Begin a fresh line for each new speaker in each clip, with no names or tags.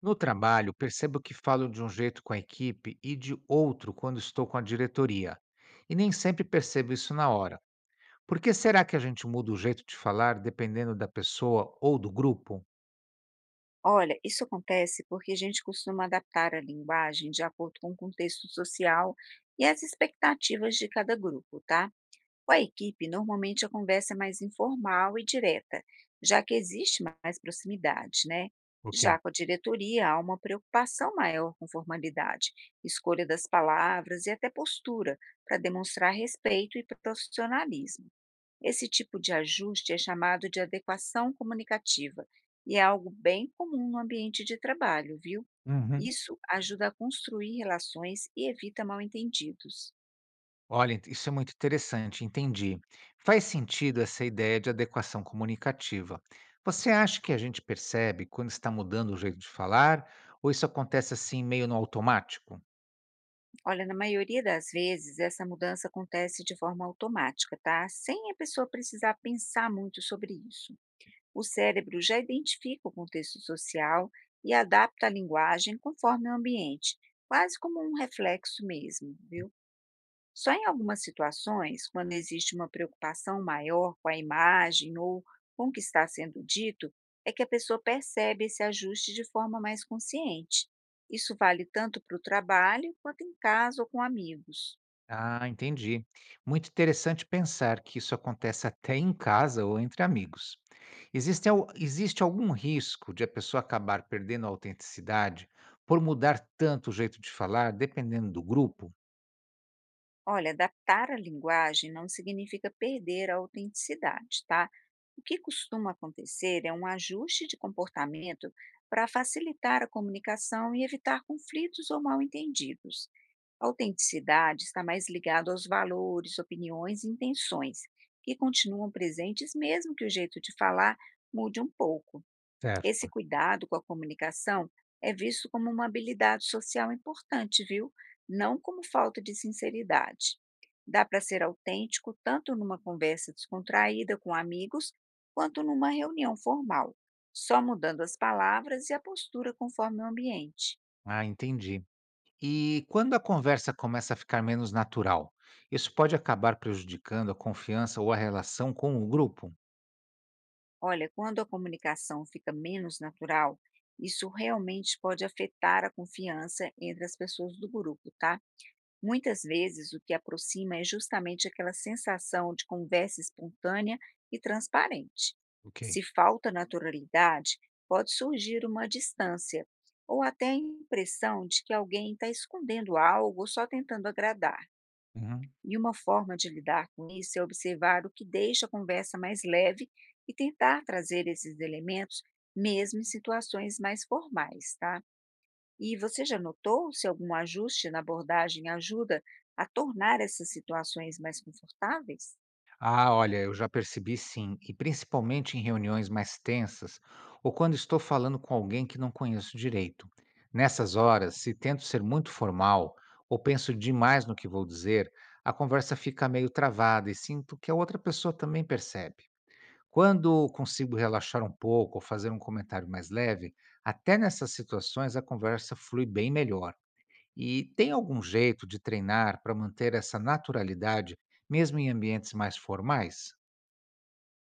No trabalho, percebo que falo de um jeito com a equipe e de outro quando estou com a diretoria. E nem sempre percebo isso na hora. Por que será que a gente muda o jeito de falar dependendo da pessoa ou do grupo?
Olha, isso acontece porque a gente costuma adaptar a linguagem de acordo com o contexto social e as expectativas de cada grupo, tá? Com a equipe, normalmente a conversa é mais informal e direta, já que existe mais proximidade, né?
Ok.
Já com a diretoria, há uma preocupação maior com formalidade, escolha das palavras e até postura, para demonstrar respeito e profissionalismo. Esse tipo de ajuste é chamado de adequação comunicativa e é algo bem comum no ambiente de trabalho, viu?
Uhum.
Isso ajuda a construir relações e evita mal-entendidos.
Olha, isso é muito interessante, entendi. Faz sentido essa ideia de adequação comunicativa. Você acha que a gente percebe quando está mudando o jeito de falar ou isso acontece assim meio no automático?
Olha, na maioria das vezes, essa mudança acontece de forma automática, tá? Sem a pessoa precisar pensar muito sobre isso. O cérebro já identifica o contexto social e adapta a linguagem conforme o ambiente, quase como um reflexo mesmo, viu? Só em algumas situações, quando existe uma preocupação maior com a imagem ou com o que está sendo dito, é que a pessoa percebe esse ajuste de forma mais consciente. Isso vale tanto para o trabalho quanto em casa ou com amigos.
Ah, entendi. Muito interessante pensar que isso acontece até em casa ou entre amigos. Existe, existe algum risco de a pessoa acabar perdendo a autenticidade por mudar tanto o jeito de falar, dependendo do grupo?
Olha, adaptar a linguagem não significa perder a autenticidade, tá? O que costuma acontecer é um ajuste de comportamento para facilitar a comunicação e evitar conflitos ou mal-entendidos. A autenticidade está mais ligada aos valores, opiniões e intenções, que continuam presentes mesmo que o jeito de falar mude um pouco. Esse
Certo.
cuidado com a comunicação é visto como uma habilidade social importante, viu? Não como falta de sinceridade. Dá para ser autêntico tanto numa conversa descontraída com amigos, quanto numa reunião formal, só mudando as palavras e a postura conforme o ambiente.
Ah, entendi. E quando a conversa começa a ficar menos natural, isso pode acabar prejudicando a confiança ou a relação com o grupo?
Olha, quando a comunicação fica menos natural, isso realmente pode afetar a confiança entre as pessoas do grupo, tá? Muitas vezes o que aproxima é justamente aquela sensação de conversa espontânea e transparente.
Ok.
Se falta naturalidade, pode surgir uma distância ou até a impressão de que alguém está escondendo algo ou só tentando agradar.
Uhum.
E uma forma de lidar com isso é observar o que deixa a conversa mais leve e tentar trazer esses elementos, mesmo em situações mais formais, tá? E você já notou se algum ajuste na abordagem ajuda a tornar essas situações mais confortáveis?
Ah, olha, eu já percebi sim, e principalmente em reuniões mais tensas ou quando estou falando com alguém que não conheço direito. Nessas horas, se tento ser muito formal ou penso demais no que vou dizer, a conversa fica meio travada e sinto que a outra pessoa também percebe. Quando consigo relaxar um pouco ou fazer um comentário mais leve, até nessas situações a conversa flui bem melhor. E tem algum jeito de treinar para manter essa naturalidade, mesmo em ambientes mais formais?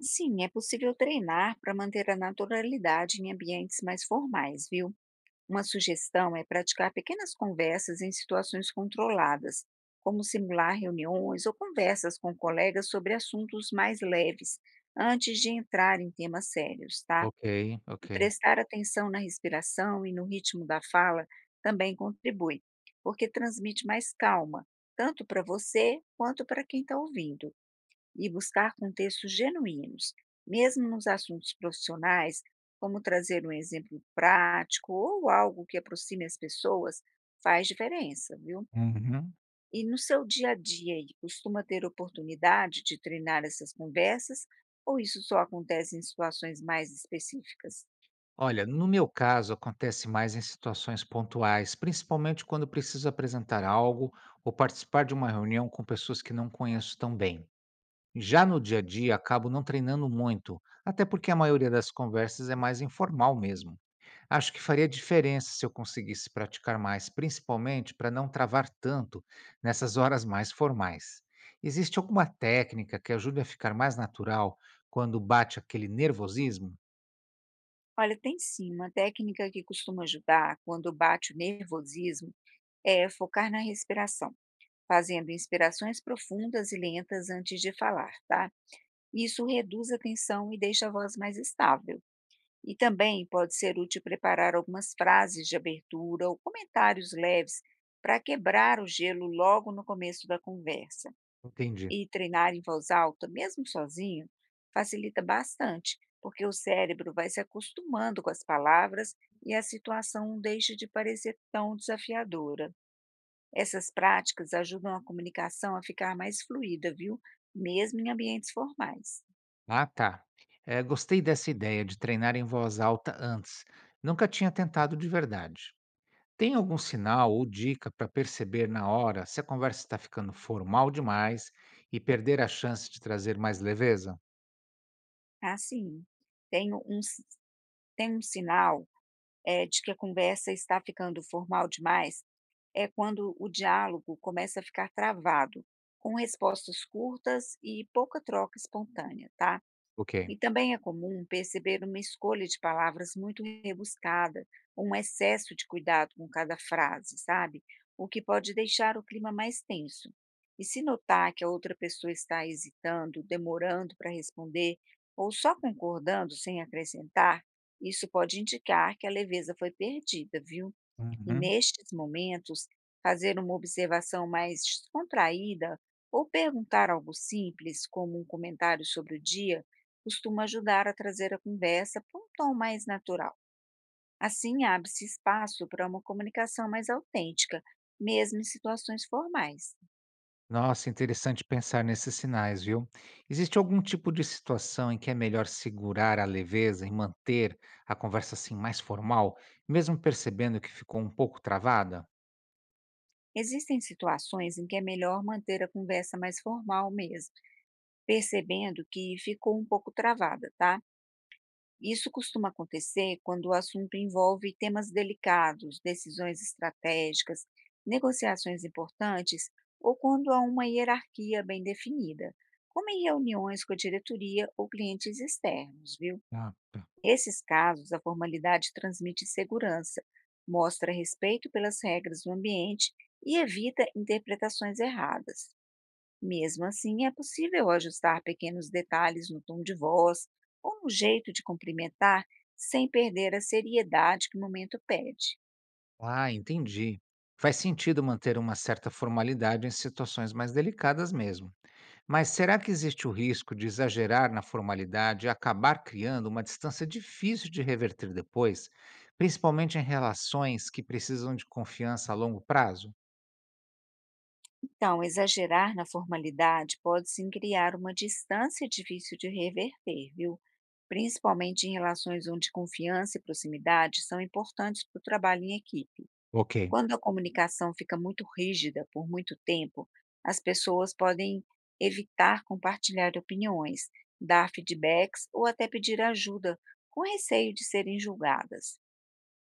Sim, é possível treinar para manter a naturalidade em ambientes mais formais, viu? Uma sugestão é praticar pequenas conversas em situações controladas, como simular reuniões ou conversas com colegas sobre assuntos mais leves, antes de entrar em temas sérios, tá?
Ok, ok.
E prestar atenção na respiração e no ritmo da fala também contribui, porque transmite mais calma, tanto para você quanto para quem está ouvindo e buscar contextos genuínos, mesmo nos assuntos profissionais, como trazer um exemplo prático ou algo que aproxime as pessoas, faz diferença, viu?
Uhum.
E no seu dia a dia, aí, costuma ter oportunidade de treinar essas conversas ou isso só acontece em situações mais específicas?
Olha, no meu caso, acontece mais em situações pontuais, principalmente quando preciso apresentar algo ou participar de uma reunião com pessoas que não conheço tão bem. Já no dia a dia, acabo não treinando muito, até porque a maioria das conversas é mais informal mesmo. Acho que faria diferença se eu conseguisse praticar mais, principalmente para não travar tanto nessas horas mais formais. Existe alguma técnica que ajude a ficar mais natural quando bate aquele nervosismo?
Olha, tem sim uma técnica que costuma ajudar quando bate o nervosismo é focar na respiração, fazendo inspirações profundas e lentas antes de falar, tá? Isso reduz a tensão e deixa a voz mais estável. E também pode ser útil preparar algumas frases de abertura ou comentários leves para quebrar o gelo logo no começo da conversa.
Entendi.
E treinar em voz alta, mesmo sozinho, facilita bastante, porque o cérebro vai se acostumando com as palavras e a situação não deixa de parecer tão desafiadora. Essas práticas ajudam a comunicação a ficar mais fluida, viu? Mesmo em ambientes formais.
Ah, tá. Gostei dessa ideia de treinar em voz alta antes. Nunca tinha tentado de verdade. Tem algum sinal ou dica para perceber na hora se a conversa está ficando formal demais e perder a chance de trazer mais leveza?
Ah, sim. Tem um um si Tem um sinal, de que a conversa está ficando formal demais, é quando o diálogo começa a ficar travado, com respostas curtas e pouca troca espontânea, tá?
Ok.
E também é comum perceber uma escolha de palavras muito rebuscada, um excesso de cuidado com cada frase, sabe? O que pode deixar o clima mais tenso. E se notar que a outra pessoa está hesitando, demorando para responder, ou só concordando sem acrescentar, isso pode indicar que a leveza foi perdida, viu? E
Uhum.
nestes momentos, fazer uma observação mais descontraída ou perguntar algo simples, como um comentário sobre o dia, costuma ajudar a trazer a conversa para um tom mais natural. Assim, abre-se espaço para uma comunicação mais autêntica, mesmo em situações formais.
Nossa, interessante pensar nesses sinais, viu? Existe algum tipo de situação em que é melhor segurar a leveza e manter a conversa assim mais formal, mesmo percebendo que ficou um pouco travada?
Existem situações em que é melhor manter a conversa mais formal mesmo, percebendo que ficou um pouco travada, tá? Isso costuma acontecer quando o assunto envolve temas delicados, decisões estratégicas, negociações importantes ou quando há uma hierarquia bem definida, como em reuniões com a diretoria ou clientes externos, viu?
Ah, tá.
Nesses casos, a formalidade transmite segurança, mostra respeito pelas regras do ambiente e evita interpretações erradas. Mesmo assim, é possível ajustar pequenos detalhes no tom de voz ou no jeito de cumprimentar sem perder a seriedade que o momento pede.
Ah, entendi. Faz sentido manter uma certa formalidade em situações mais delicadas mesmo. Mas será que existe o risco de exagerar na formalidade e acabar criando uma distância difícil de reverter depois, principalmente em relações que precisam de confiança a longo prazo?
Então, exagerar na formalidade pode sim criar uma distância difícil de reverter, viu? Principalmente em relações onde confiança e proximidade são importantes para o trabalho em equipe.
Ok,
Quando a comunicação fica muito rígida por muito tempo, as pessoas podem evitar compartilhar opiniões, dar feedbacks ou até pedir ajuda, com receio de serem julgadas.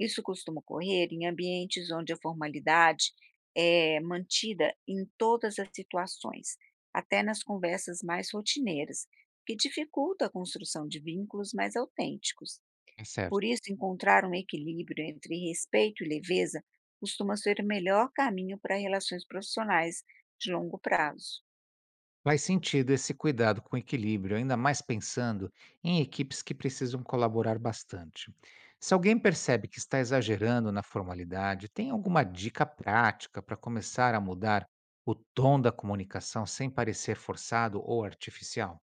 Isso costuma ocorrer em ambientes onde a formalidade é mantida em todas as situações, até nas conversas mais rotineiras, o que dificulta a construção de vínculos mais autênticos.
é
Por
certo.
isso, encontrar um equilíbrio entre respeito e leveza costuma ser o melhor caminho para relações profissionais de longo prazo.
Faz sentido esse cuidado com equilíbrio, ainda mais pensando em equipes que precisam colaborar bastante. Se alguém percebe que está exagerando na formalidade, tem alguma dica prática para começar a mudar o tom da comunicação sem parecer forçado ou artificial?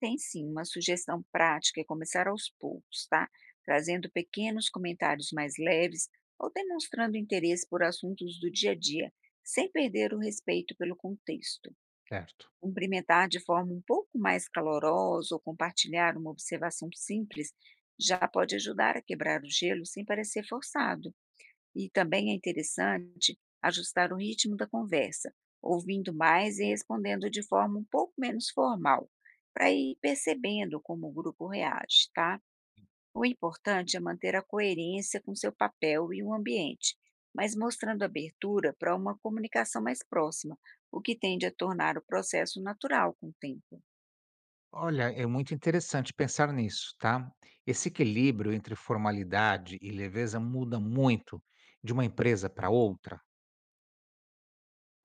Tem sim, uma sugestão prática é começar aos poucos, tá? Trazendo pequenos comentários mais leves ou demonstrando interesse por assuntos do dia a dia, sem perder o respeito pelo contexto.
Certo.
Cumprimentar de forma um pouco mais calorosa ou compartilhar uma observação simples já pode ajudar a quebrar o gelo sem parecer forçado. E também é interessante ajustar o ritmo da conversa, ouvindo mais e respondendo de forma um pouco menos formal, para ir percebendo como o grupo reage, tá? O importante é manter a coerência com seu papel e o ambiente, mas mostrando abertura para uma comunicação mais próxima, o que tende a tornar o processo natural com o tempo.
Olha, é muito interessante pensar nisso, tá? Esse equilíbrio entre formalidade e leveza muda muito de uma empresa para outra.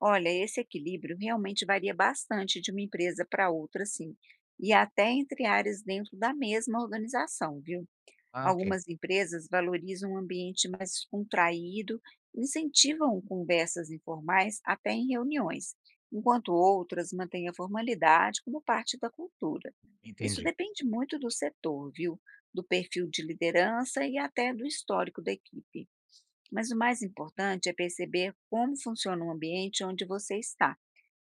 Olha, esse equilíbrio realmente varia bastante de uma empresa para outra, sim, e até entre áreas dentro da mesma organização, viu?
Ah, ok,
Algumas empresas valorizam um ambiente mais contraído, incentivam conversas informais até em reuniões, enquanto outras mantêm a formalidade como parte da cultura. Isso
entendi.
depende muito do setor, viu? Do perfil de liderança e até do histórico da equipe. Mas o mais importante é perceber como funciona o ambiente onde você está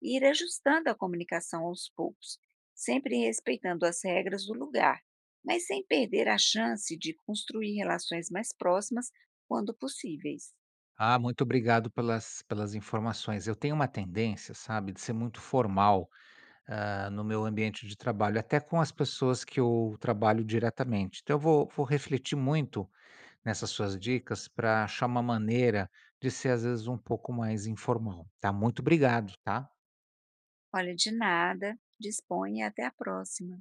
e ir ajustando a comunicação aos poucos, sempre respeitando as regras do lugar, mas sem perder a chance de construir relações mais próximas quando possíveis.
Ah, muito obrigado pelas informações. Eu tenho uma tendência, sabe, de ser muito formal, no meu ambiente de trabalho, até com as pessoas que eu trabalho diretamente. Então eu vou refletir muito nessas suas dicas para achar uma maneira de ser, às vezes, um pouco mais informal, tá? Muito obrigado, tá?
Olha, de nada, disponha e até a próxima.